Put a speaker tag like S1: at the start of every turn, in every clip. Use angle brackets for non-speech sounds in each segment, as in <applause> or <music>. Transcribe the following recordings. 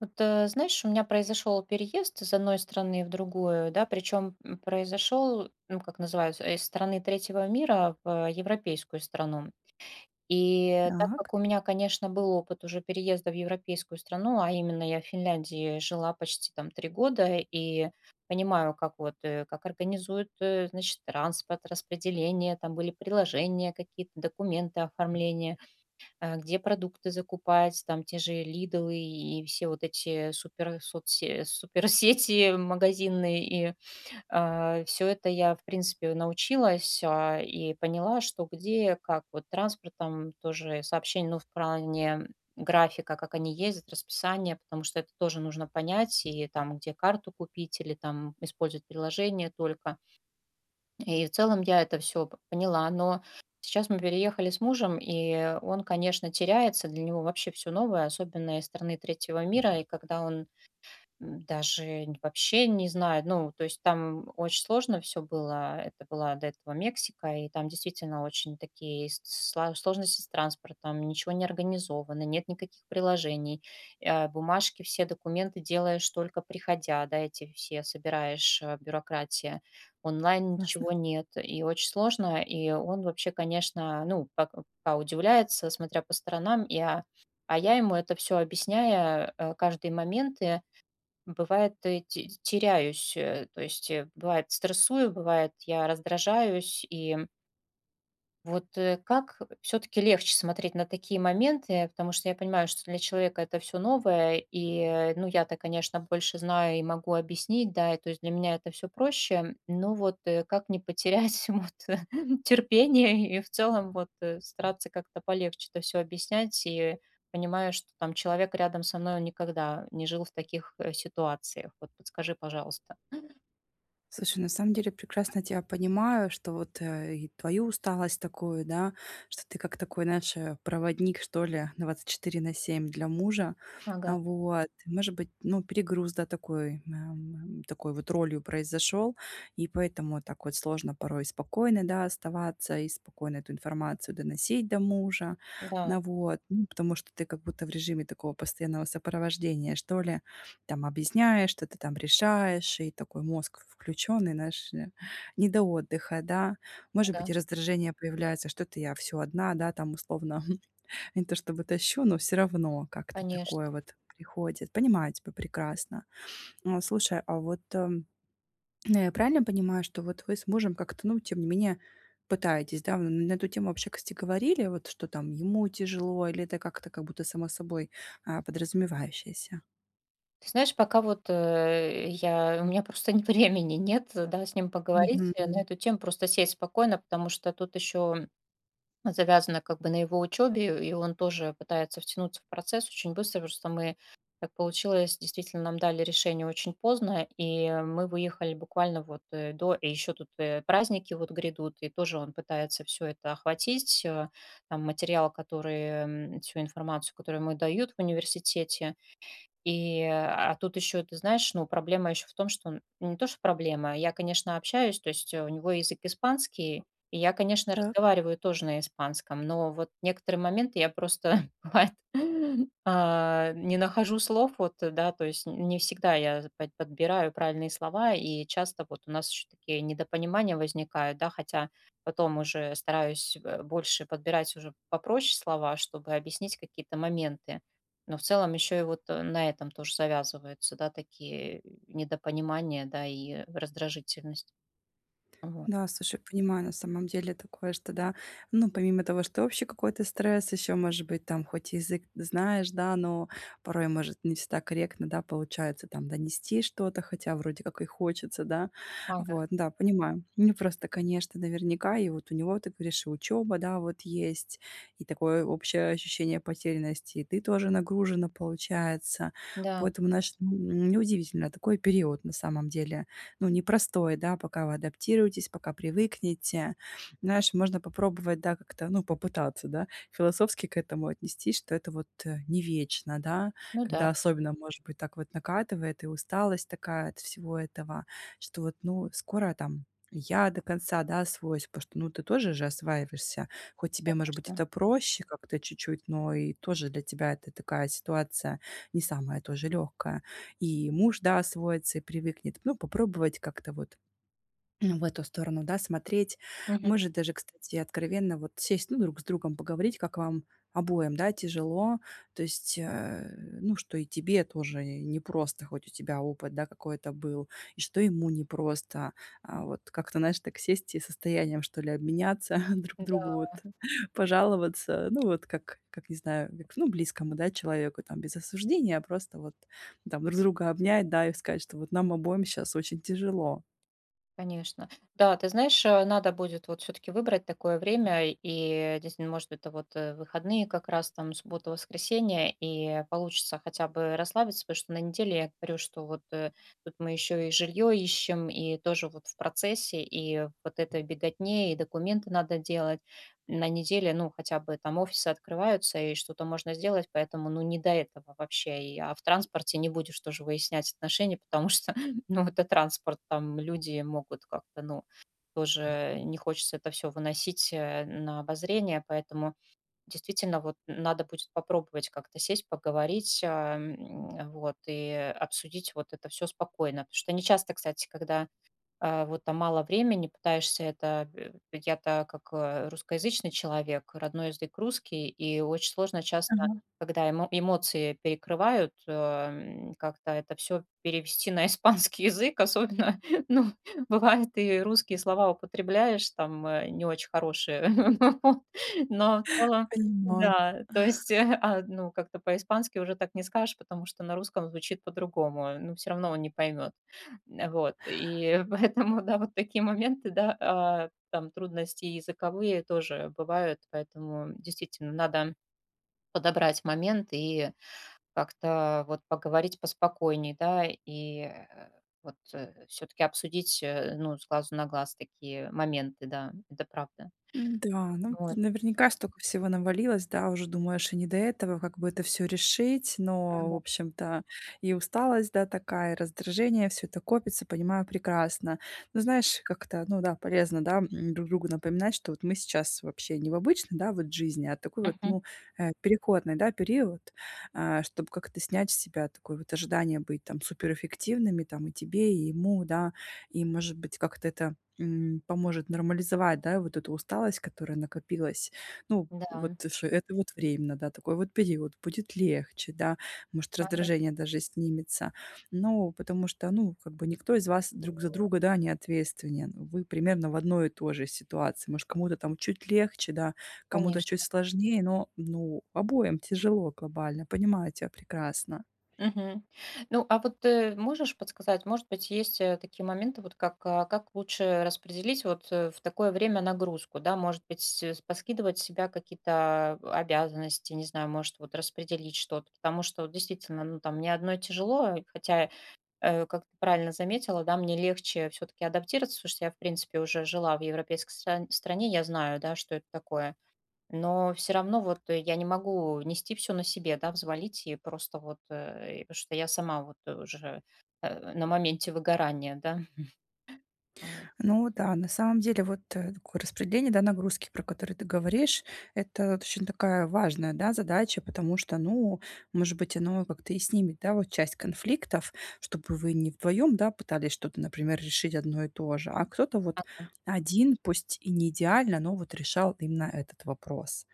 S1: Вот, знаешь, у меня произошел переезд из одной страны в другую, да, причем произошел, ну, как называется, из страны третьего мира в европейскую страну. И так
S2: Так,
S1: как у меня, конечно, был опыт уже переезда в европейскую страну, а именно я в Финляндии жила почти там 3 года и понимаю, как вот, как организуют, значит, транспорт, распределение, там были приложения какие-то, документы, оформление где продукты закупать, там те же Лидлы и все вот эти супер суперсети <laughs> магазинные. И все это я, в принципе, научилась и поняла, что где, как. Вот транспорт там тоже сообщение, ну, в плане графика, как они ездят, расписание, потому что это тоже нужно понять, и там, где карту купить, или там использовать приложение только. И в целом я это все поняла, но сейчас мы переехали с мужем, и он, конечно, теряется, для него вообще все новое, особенно из страны третьего мира. И когда он М, даже н вообще не знаю. Ну, то есть там очень сложно все было. Это была до этого Мексика, и там действительно очень такие с сла сложности с транспортом, ничего не организовано, нет никаких приложений. Бумажки, все документы делаешь только приходя, да, эти все собираешь, бюрократия. Онлайн
S2: ясно.
S1: ничего нет, и очень сложно. И он вообще, конечно, ну, пока удивляется, смотря по сторонам. Я, а Я ему это все объясняя, каждый момент. И бывает, э, те теряюсь, то есть, бывает, стрессую, бывает, я раздражаюсь, и вот, как все таки легче смотреть на такие моменты? Потому что я понимаю, что для человека это все новое, и, ну, я-то, конечно, больше знаю и могу объяснить, да, и то есть для меня это все проще. Но вот, как не потерять <laughs> вот, терпение и в целом вот, стараться как-то полегче это все объяснять, и понимаю, что там человек рядом со мной, он никогда не жил в таких, ситуациях. Вот подскажи, пожалуйста.
S2: Слушай, на самом деле прекрасно тебя понимаю, что вот и твою усталость такую, да, что ты как такой наш проводник, что ли, 24 на 7 для мужа. А
S1: Ага,
S2: вот, может быть, ну, перегруз, да, такой, такой вот ролью произошел, и поэтому так вот сложно порой спокойно, да, оставаться и спокойно эту информацию доносить до мужа.
S1: да,
S2: Ну, вот, ну, потому что ты как будто в режиме такого постоянного сопровождения, что ли. Там объясняешь, что-то там решаешь, и такой мозг включенный, наш не до отдыха, да. Может быть,
S1: ага,
S2: и раздражение появляется, что-то я все одна, да, там условно, <laughs> не то чтобы тащу, но все равно как-то
S1: конечно.
S2: такое вот приходит. Понимаю тебя прекрасно. А, слушай, а вот ну, я правильно понимаю, что вот вы с мужем как-то, ну, тем не менее, пытаетесь, да, вы на эту тему вообще, кстати, говорили, вот что там ему тяжело, или это как-то как будто само собой а, подразумевающееся?
S1: Ты знаешь, пока вот, э, я у меня просто не <laughs> времени нет, да, с ним поговорить,
S2: Мгм.
S1: на эту тему, просто сесть спокойно, потому что тут еще завязано как бы на его учебе, и он тоже пытается втянуться в процесс очень быстро, потому что мы так получилось, действительно, нам дали решение очень поздно, и мы выехали буквально вот, до и еще тут, праздники вот грядут, и тоже он пытается все это охватить, там материал, который, всю информацию, которую ему дают в университете. И, а тут еще, ты знаешь, ну, проблема еще в том, что он ну, не то, что проблема, я, конечно, общаюсь, то есть у него язык испанский, и я, конечно,
S2: Так.
S1: разговариваю тоже на испанском, но вот некоторые моменты я просто, <laughs> бывает, <laughs> не нахожу слов, вот, да, то есть не всегда я подбираю правильные слова, и часто вот у нас еще такие недопонимания возникают, да, хотя потом уже стараюсь больше подбирать уже попроще слова, чтобы объяснить какие-то моменты. Но в целом еще и вот на этом тоже завязываются, да, такие недопонимания, да, и раздражительность. Вот.
S2: Да, слушай, понимаю, на самом деле такое, что да, ну, помимо того, что общий какой-то стресс, еще, может быть, там, хоть и язык знаешь, да, но порой, может, не всегда корректно, да, получается там донести что-то, хотя вроде как и хочется, да,
S1: Ага.
S2: вот, да, понимаю. Не просто, конечно, наверняка, и вот у него, ты говоришь, и учеба, да, вот есть, и такое общее ощущение потерянности, и ты тоже нагружена, получается,
S1: Да,
S2: поэтому, значит, м, неудивительно, такой период на самом деле, ну, непростой, да, пока вы адаптируетесь, пока привыкнете. Знаешь, можно попробовать, да, как-то, ну, попытаться, да, философски к этому отнестись, что это вот не вечно, да,
S1: ну да,
S2: когда особенно, может быть, так вот накатывает и усталость такая от всего этого, что вот, ну, скоро там я до конца, да, освоюсь, потому что, ну, ты тоже же осваиваешься, хоть тебе, может быть,
S1: конечно.
S2: это проще как-то чуть-чуть, но и тоже для тебя это такая ситуация не самая тоже легкая, и муж, да, освоится и привыкнет. Ну, попробовать как-то вот ну, в эту сторону, да, смотреть.
S1: Мгм.
S2: Может даже, кстати, откровенно вот сесть, ну, друг с другом поговорить, как вам обоим, да, тяжело. То есть, ну, что и тебе тоже непросто, хоть у тебя опыт, да, какой-то был, и что ему непросто. А, вот как-то, знаешь, так сесть и состоянием, что ли, обменяться <laughs> друг другу, вот, <laughs> пожаловаться. Ну, вот как не знаю, как, ну, близкому, да, человеку, там, без осуждения, а просто вот там друг друга обнять, да, и сказать, что вот нам обоим сейчас очень тяжело.
S1: Конечно. Да, ты знаешь, надо будет вот все таки выбрать такое время, и действительно, может, это вот, выходные как раз, там, суббота, воскресенье, и получится хотя бы расслабиться, потому что на неделе, я говорю, что вот, тут мы еще и жилье ищем, и тоже вот в процессе, и вот это беготне, и документы надо делать. На неделе, ну, хотя бы там офисы открываются, и что-то можно сделать, поэтому, ну, не до этого вообще. А в транспорте не будешь тоже выяснять отношения, <laughs> потому что ну, это транспорт, там люди могут как-то, ну, тоже не хочется это все выносить на обозрение, поэтому действительно вот надо будет попробовать как-то сесть, поговорить, и обсудить вот это все спокойно. Потому что не часто, кстати, когда вот там мало времени, пытаешься это я-то как, русскоязычный человек, родной язык русский, и очень сложно часто,
S2: Ага.
S1: когда эмоции перекрывают, как-то это все перевести на испанский язык, особенно, <laughs> ну, бывает, и русские слова употребляешь там, не очень хорошие, <laughs> вот, но в целом
S2: Понимаю.
S1: да, то есть, ну, как-то по-испански уже так не скажешь, потому что на русском звучит по-другому, ну, все равно он не поймет. Вот, и <laughs> поэтому, да, вот такие моменты, да, там трудности языковые тоже бывают, поэтому действительно надо подобрать момент и как-то вот поговорить поспокойней, да, и, вот, все таки обсудить, ну, с глазу на глаз такие моменты, да, это правда.
S2: М-да, ну, ты
S1: Вот,
S2: наверняка столько всего навалилось, да, уже думаешь и не до этого, как бы это все решить, но, в
S1: ага.
S2: общем-то, и усталость, да, такая, и раздражение, все это копится, понимаю прекрасно. Но знаешь, как-то, ну да, полезно, да, м, друг другу напоминать, что вот мы сейчас вообще не в обычной, да, вот жизни, а такой вот,
S1: Мгм.
S2: ну, переходный, да, период, а, чтобы как-то снять с себя такое вот ожидание быть там суперэффективными, там, и тебе, и ему, да. И, может быть, как-то это м, поможет нормализовать, да, вот эту усталость, которая накопилась. Ну,
S1: Да,
S2: вот что это вот временно, да, такой вот период, будет легче, да, может,
S1: ага,
S2: раздражение даже снимется. Ну, потому что, ну, как бы никто из вас друг за друга, да, не ответственен. Вы примерно в одной и той же ситуации. Может, кому-то там чуть легче, да, кому-то чуть
S1: конечно.
S2: сложнее, но, ну, обоим тяжело глобально, понимаю тебя прекрасно.
S1: Мгм. Ну, а вот, можешь подсказать, может быть, есть, такие моменты, как лучше распределить вот, в такое время нагрузку, да? Может быть, поскидывать с себя какие-то обязанности, не знаю, может, вот распределить что-то, потому что вот действительно, ну, там мне одной тяжело, хотя, как ты правильно заметила, да, мне легче все таки адаптироваться, потому что я, в принципе, уже жила в европейской стране, я знаю, да, что это такое. Но все равно вот я не могу нести все на себе, да, взвалить и просто вот, и потому что я сама вот уже, на моменте выгорания, да. Вот.
S2: Ну да, на самом деле вот такое распределение да, нагрузки, про которые ты говоришь, это вот очень такая важная да, задача, потому что, ну, может быть, оно как-то и снимет, да, вот часть конфликтов, чтобы вы не вдвоем, да, пытались что-то, например, решить одно и то же, а кто-то вот один, пусть и не идеально, но вот решал именно этот вопрос.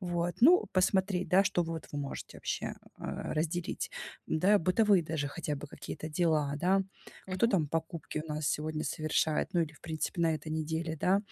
S2: Вот. Ну, посмотреть, да, что вот вы можете вообще а, разделить. Да, бытовые даже хотя бы какие-то дела, да. Кто
S1: Мгм.
S2: там покупки у нас сегодня совершает, ну или, в принципе, на этой неделе, да.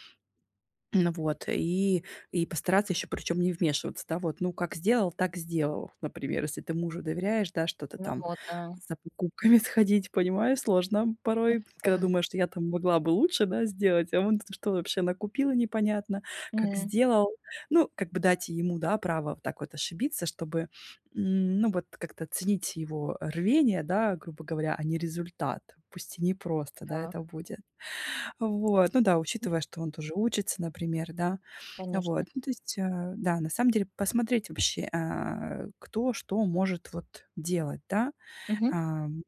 S2: Ну вот, и постараться еще, причем не вмешиваться, да, вот, ну, как сделал, так сделал, например, если ты мужу доверяешь, да, что-то
S1: Ну
S2: там
S1: вот, да.
S2: за покупками <laughs> сходить, понимаешь, сложно порой, когда
S1: Да.
S2: думаешь, что я там могла бы лучше, да, сделать, а он что вообще накупила непонятно, как
S1: М.
S2: сделал. Ну, как бы дать ему, да, право вот так вот ошибиться, чтобы, м, ну, вот как-то ценить его рвение, да, грубо говоря, а не результат. Пусть и непросто, да,
S1: Так.
S2: это будет. Вот, ну да,
S1: М,
S2: учитывая, что он тоже учится, например, да.
S1: Конечно.
S2: Вот, ну, то есть, да, на самом деле посмотреть вообще, а, кто что может вот делать, да.
S1: Мгм.
S2: А, м,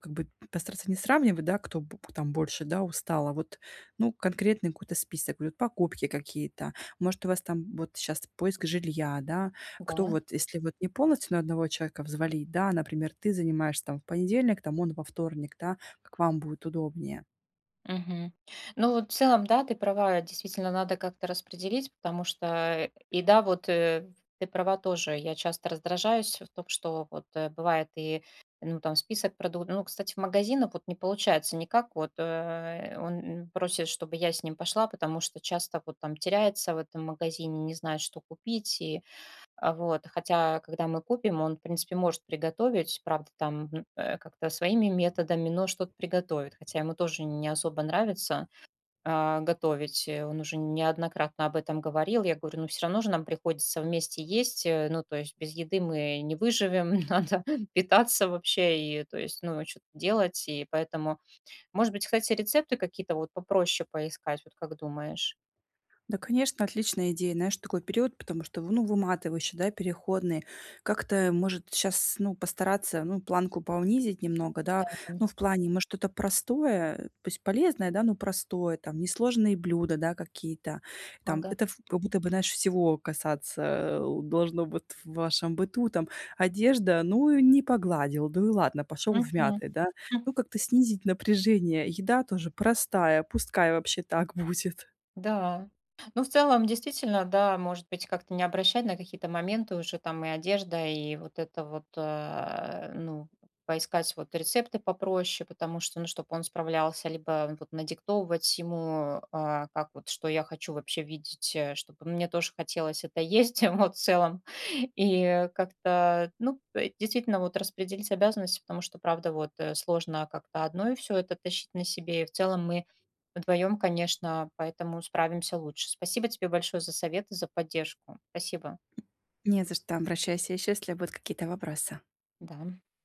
S2: как бы постараться не сравнивать, да, кто б там больше, да, устал, а вот, ну, конкретный какой-то список, вот покупки какие-то. Может, у вас там вот сейчас поиск жилья, да, кто
S1: Да.
S2: вот, если вот не полностью на одного человека взвалить, да, например, ты занимаешься там в понедельник, там он во вторник, да, как вам будет удобнее.
S1: Мгм. Ну, вот в целом, да, ты права, действительно надо как-то распределить, потому что, и да, вот ты права тоже, я часто раздражаюсь в том, что вот бывает и, ну, там, список продуктов, ну, кстати, в магазинах вот не получается никак, вот он просит, чтобы я с ним пошла, потому что часто вот там теряется в этом магазине, не знает, что купить, и вот. Хотя, когда мы купим, он, в принципе, может приготовить, правда, там как-то своими методами, но что-то приготовит. Хотя ему тоже не особо нравится готовить. Он уже неоднократно об этом говорил. Я говорю, ну все равно же нам приходится вместе есть. Ну, то есть без еды мы не выживем, <laughs> надо питаться вообще и, то есть, ну, что-то делать. И поэтому, может быть, кстати, рецепты какие-то вот попроще поискать, вот как думаешь?
S2: Да, конечно, отличная идея, знаешь, такой период, потому что, ну, выматывающий, да, переходный. Как-то, может, сейчас, ну, постараться, ну, планку понизить немного, да,
S1: Да.
S2: ну, в плане, может, что-то простое, пусть полезное, да, ну, простое, там, несложные блюда, да, какие-то, там,
S1: Ага.
S2: это в- как будто бы, знаешь, всего касаться должно быть в вашем быту, там, одежда, ну, и не погладил, ну, и ладно, пошел в
S1: Мгм.
S2: мятый, да, ну, как-то снизить напряжение, еда тоже простая, пускай вообще так будет.
S1: Да. Ну, в целом, действительно, да, может быть, как-то не обращать на какие-то моменты уже там и одежда, и вот это вот, ну, поискать вот рецепты попроще, потому что, ну, чтобы он справлялся, либо вот надиктовывать ему, как вот, что я хочу вообще видеть, чтобы мне тоже хотелось это есть, <laughs> вот, в целом. И как-то, ну, действительно, вот распределить обязанности, потому что, правда, вот сложно как-то одной все это тащить на себе, и в целом мы вдвоем, конечно, поэтому справимся лучше. Спасибо тебе большое за советы, за поддержку. Спасибо.
S2: Не за что, обращайся еще, если будут какие-то вопросы.
S1: Да.